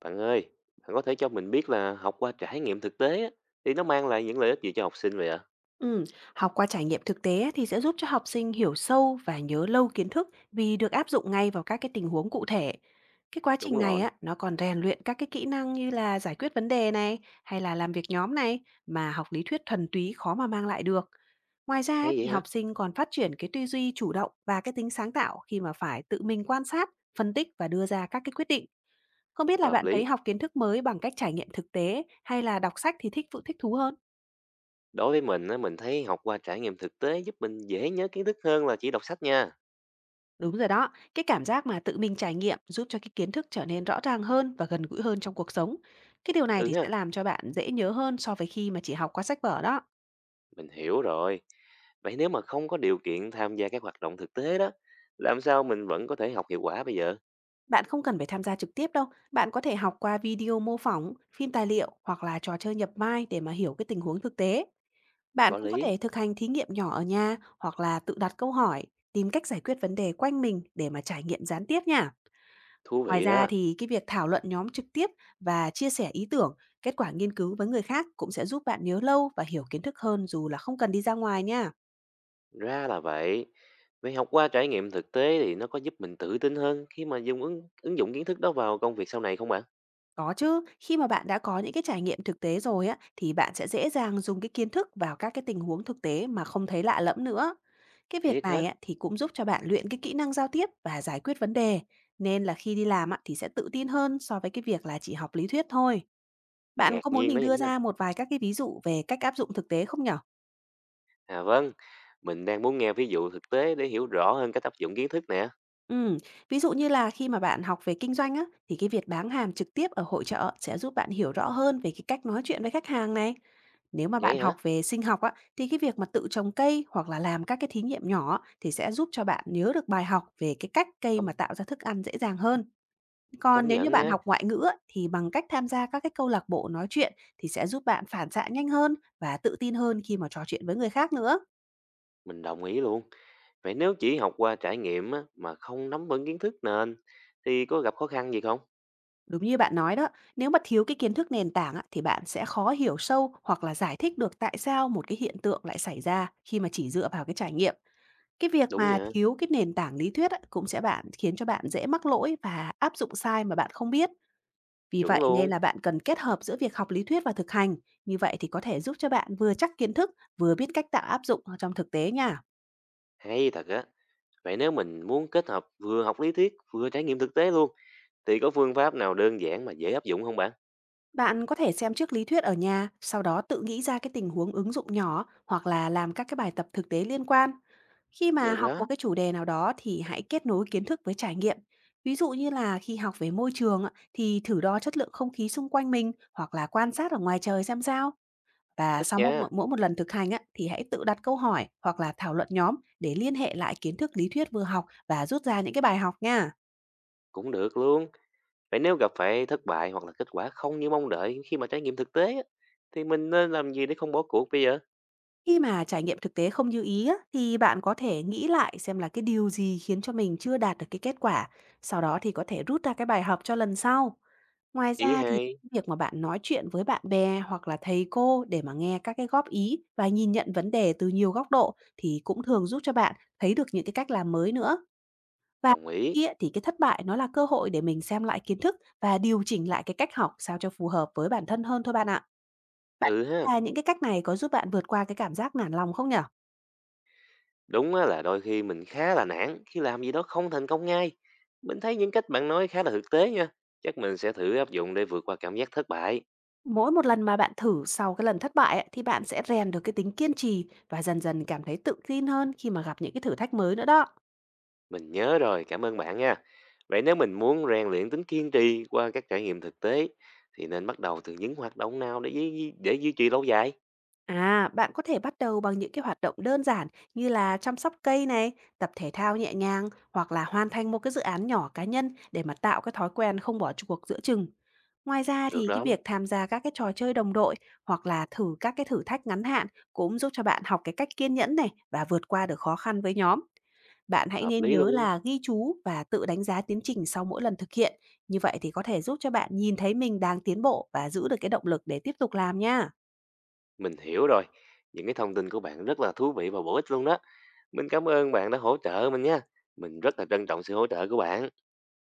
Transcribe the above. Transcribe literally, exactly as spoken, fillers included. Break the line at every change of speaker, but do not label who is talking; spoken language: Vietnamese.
Bạn ơi, bạn có thể cho mình biết là học qua trải nghiệm thực tế á, thì nó mang lại những lợi ích gì cho học sinh vậy ạ?
Ừm, học qua trải nghiệm thực tế thì sẽ giúp cho học sinh hiểu sâu và nhớ lâu kiến thức vì được áp dụng ngay vào các cái tình huống cụ thể. Cái quá trình
Đúng
này
rồi,
á, nó còn rèn luyện các cái kỹ năng như là giải quyết vấn đề này hay là làm việc nhóm này mà học lý thuyết thuần túy khó mà mang lại được. Ngoài ra á,
hay
thì
vậy hả?
học sinh còn phát triển cái tư duy chủ động và cái tính sáng tạo khi mà phải tự mình quan sát, phân tích và đưa ra các cái quyết định. Không biết là
Hợp
bạn
lý.
thấy học kiến thức mới bằng cách trải nghiệm thực tế hay là đọc sách thì thích thích thú hơn?
Đối với mình á, mình thấy học qua trải nghiệm thực tế giúp mình dễ nhớ kiến thức hơn là chỉ đọc sách nha.
Đúng rồi đó, cái cảm giác mà tự mình trải nghiệm giúp cho cái kiến thức trở nên rõ ràng hơn và gần gũi hơn trong cuộc sống. Cái điều này
Ừ
thì sẽ
ha,
làm cho bạn dễ nhớ hơn so với khi mà chỉ học qua sách vở đó.
mình hiểu rồi. Vậy nếu mà không có điều kiện tham gia các hoạt động thực tế đó, làm sao mình vẫn có thể học hiệu quả bây giờ?
Bạn không cần phải tham gia trực tiếp đâu, bạn có thể học qua video mô phỏng, phim tài liệu hoặc là trò chơi nhập vai để mà hiểu cái tình huống thực tế. Bạn
Có
cũng có
lý,
thể thực hành thí nghiệm nhỏ ở nhà hoặc là tự đặt câu hỏi, tìm cách giải quyết vấn đề quanh mình để mà trải nghiệm gián tiếp nha.
thú
Ngoài
vị
ra
đó.
thì cái việc thảo luận nhóm trực tiếp và chia sẻ ý tưởng, kết quả nghiên cứu với người khác cũng sẽ giúp bạn nhớ lâu và hiểu kiến thức hơn dù là không cần đi ra ngoài nha.
Ra là vậy. Vậy học qua trải nghiệm thực tế thì nó có giúp mình tự tin hơn khi mà dùng ứng, ứng dụng kiến thức đó vào công việc sau này không bạn?
Có chứ, khi mà bạn đã có những cái trải nghiệm thực tế rồi á thì bạn sẽ dễ dàng dùng cái kiến thức vào các cái tình huống thực tế mà không thấy lạ lẫm nữa. Cái việc
Thiệt hả?
này á thì cũng giúp cho bạn luyện cái kỹ năng giao tiếp và giải quyết vấn đề, nên là khi đi làm á thì sẽ tự tin hơn so với cái việc là chỉ học lý thuyết thôi. Bạn
Ngạc
có muốn
nhiên
mình
đó nha.
đưa
Linh.
ra một vài các cái ví dụ về cách áp dụng thực tế không nhở?
À vâng, mình đang muốn nghe ví dụ thực tế để hiểu rõ hơn cách áp dụng kiến thức nè.
Ừm, ví dụ như là khi mà bạn học về kinh doanh á, thì cái việc bán hàng trực tiếp ở hội chợ sẽ giúp bạn hiểu rõ hơn về cái cách nói chuyện với khách hàng này. Nếu mà bạn
Vậy hả?
học về sinh học á, thì cái việc mà tự trồng cây hoặc là làm các cái thí nghiệm nhỏ á, thì sẽ giúp cho bạn nhớ được bài học về cái cách cây
Công,
mà tạo ra thức ăn dễ dàng hơn. Còn
công
nếu như
nhận
bạn
nha,
học ngoại ngữ á, thì bằng cách tham gia các cái câu lạc bộ nói chuyện thì sẽ giúp bạn phản xạ nhanh hơn và tự tin hơn khi mà trò chuyện với người khác nữa.
mình đồng ý luôn. Vậy nếu chỉ học qua trải nghiệm á, mà không nắm vững kiến thức nền thì có gặp khó khăn gì không?
Đúng như bạn nói đó, nếu mà thiếu cái kiến thức nền tảng á, thì bạn sẽ khó hiểu sâu hoặc là giải thích được tại sao một cái hiện tượng lại xảy ra khi mà chỉ dựa vào cái trải nghiệm. Cái việc
Đúng
mà
nha,
thiếu cái nền tảng lý thuyết á, cũng sẽ bạn khiến cho bạn dễ mắc lỗi và áp dụng sai mà bạn không biết. Vì
chuẩn
vậy nên
luôn.
là bạn cần kết hợp giữa việc học lý thuyết và thực hành. Như vậy thì có thể giúp cho bạn vừa chắc kiến thức, vừa biết cách tạo áp dụng ở trong thực tế nha.
Hay thật á. Vậy nếu mình muốn kết hợp vừa học lý thuyết vừa trải nghiệm thực tế luôn thì có phương pháp nào đơn giản mà dễ áp dụng không bạn?
Bạn có thể xem trước lý thuyết ở nhà, sau đó tự nghĩ ra cái tình huống ứng dụng nhỏ hoặc là làm các cái bài tập thực tế liên quan. Khi mà
Được
học một
đó,
cái chủ đề nào đó thì hãy kết nối kiến thức với trải nghiệm. Ví dụ như là khi học về môi trường ạ, thì thử đo chất lượng không khí xung quanh mình hoặc là quan sát ở ngoài trời xem sao. Và
thích
sau
nha,
mỗi, mỗi một lần thực hành á, thì hãy tự đặt câu hỏi hoặc là thảo luận nhóm để liên hệ lại kiến thức lý thuyết vừa học và rút ra những cái bài học nha.
cũng được luôn. Vậy nếu gặp phải thất bại hoặc là kết quả không như mong đợi khi mà trải nghiệm thực tế á, thì mình nên làm gì để không bỏ cuộc bây giờ?
Khi mà trải nghiệm thực tế không như ý á, thì bạn có thể nghĩ lại xem là cái điều gì khiến cho mình chưa đạt được cái kết quả, sau đó thì có thể rút ra cái bài học cho lần sau. Ngoài
Ý
ra thì
hay,
việc mà bạn nói chuyện với bạn bè hoặc là thầy cô để mà nghe các cái góp ý và nhìn nhận vấn đề từ nhiều góc độ thì cũng thường giúp cho bạn thấy được những cái cách làm mới nữa. Và
đồng ý.
khi ấy thì cái thất bại nó là cơ hội để mình xem lại kiến thức và điều chỉnh lại cái cách học sao cho phù hợp với bản thân hơn thôi bạn ạ. Bạn
Ừ
nghĩ là
ha,
những cái cách này có giúp bạn vượt qua cái cảm giác nản lòng không nhở?
đúng á là đôi khi mình khá là nản khi làm gì đó không thành công ngay. Mình thấy những cách bạn nói khá là thực tế nha. Chắc mình sẽ thử áp dụng để vượt qua cảm giác thất bại.
Mỗi một lần mà bạn thử sau cái lần thất bại ấy, thì bạn sẽ rèn được cái tính kiên trì và dần dần cảm thấy tự tin hơn khi mà gặp những cái thử thách mới nữa đó.
Mình nhớ rồi, cảm ơn bạn nha. Vậy nếu mình muốn rèn luyện tính kiên trì qua các trải nghiệm thực tế thì nên bắt đầu từ những hoạt động nào để duy, để duy trì lâu dài?
À, bạn có thể bắt đầu bằng những cái hoạt động đơn giản như là chăm sóc cây này, tập thể thao nhẹ nhàng hoặc là hoàn thành một cái dự án nhỏ cá nhân để mà tạo cái thói quen không bỏ cuộc giữa chừng. Ngoài ra
Được
thì cái
đó,
việc tham gia các cái trò chơi đồng đội hoặc là thử các cái thử thách ngắn hạn cũng giúp cho bạn học cái cách kiên nhẫn này và vượt qua được khó khăn với nhóm. Bạn hãy
hợp
nên
lý
nhớ
luôn.
là ghi chú và tự đánh giá tiến trình sau mỗi lần thực hiện. Như vậy thì có thể giúp cho bạn nhìn thấy mình đang tiến bộ và giữ được cái động lực để tiếp tục làm nha.
Mình hiểu rồi. Những cái thông tin của bạn rất là thú vị và bổ ích luôn đó. Mình cảm ơn bạn đã hỗ trợ mình nha. Mình rất là trân trọng sự hỗ trợ của bạn.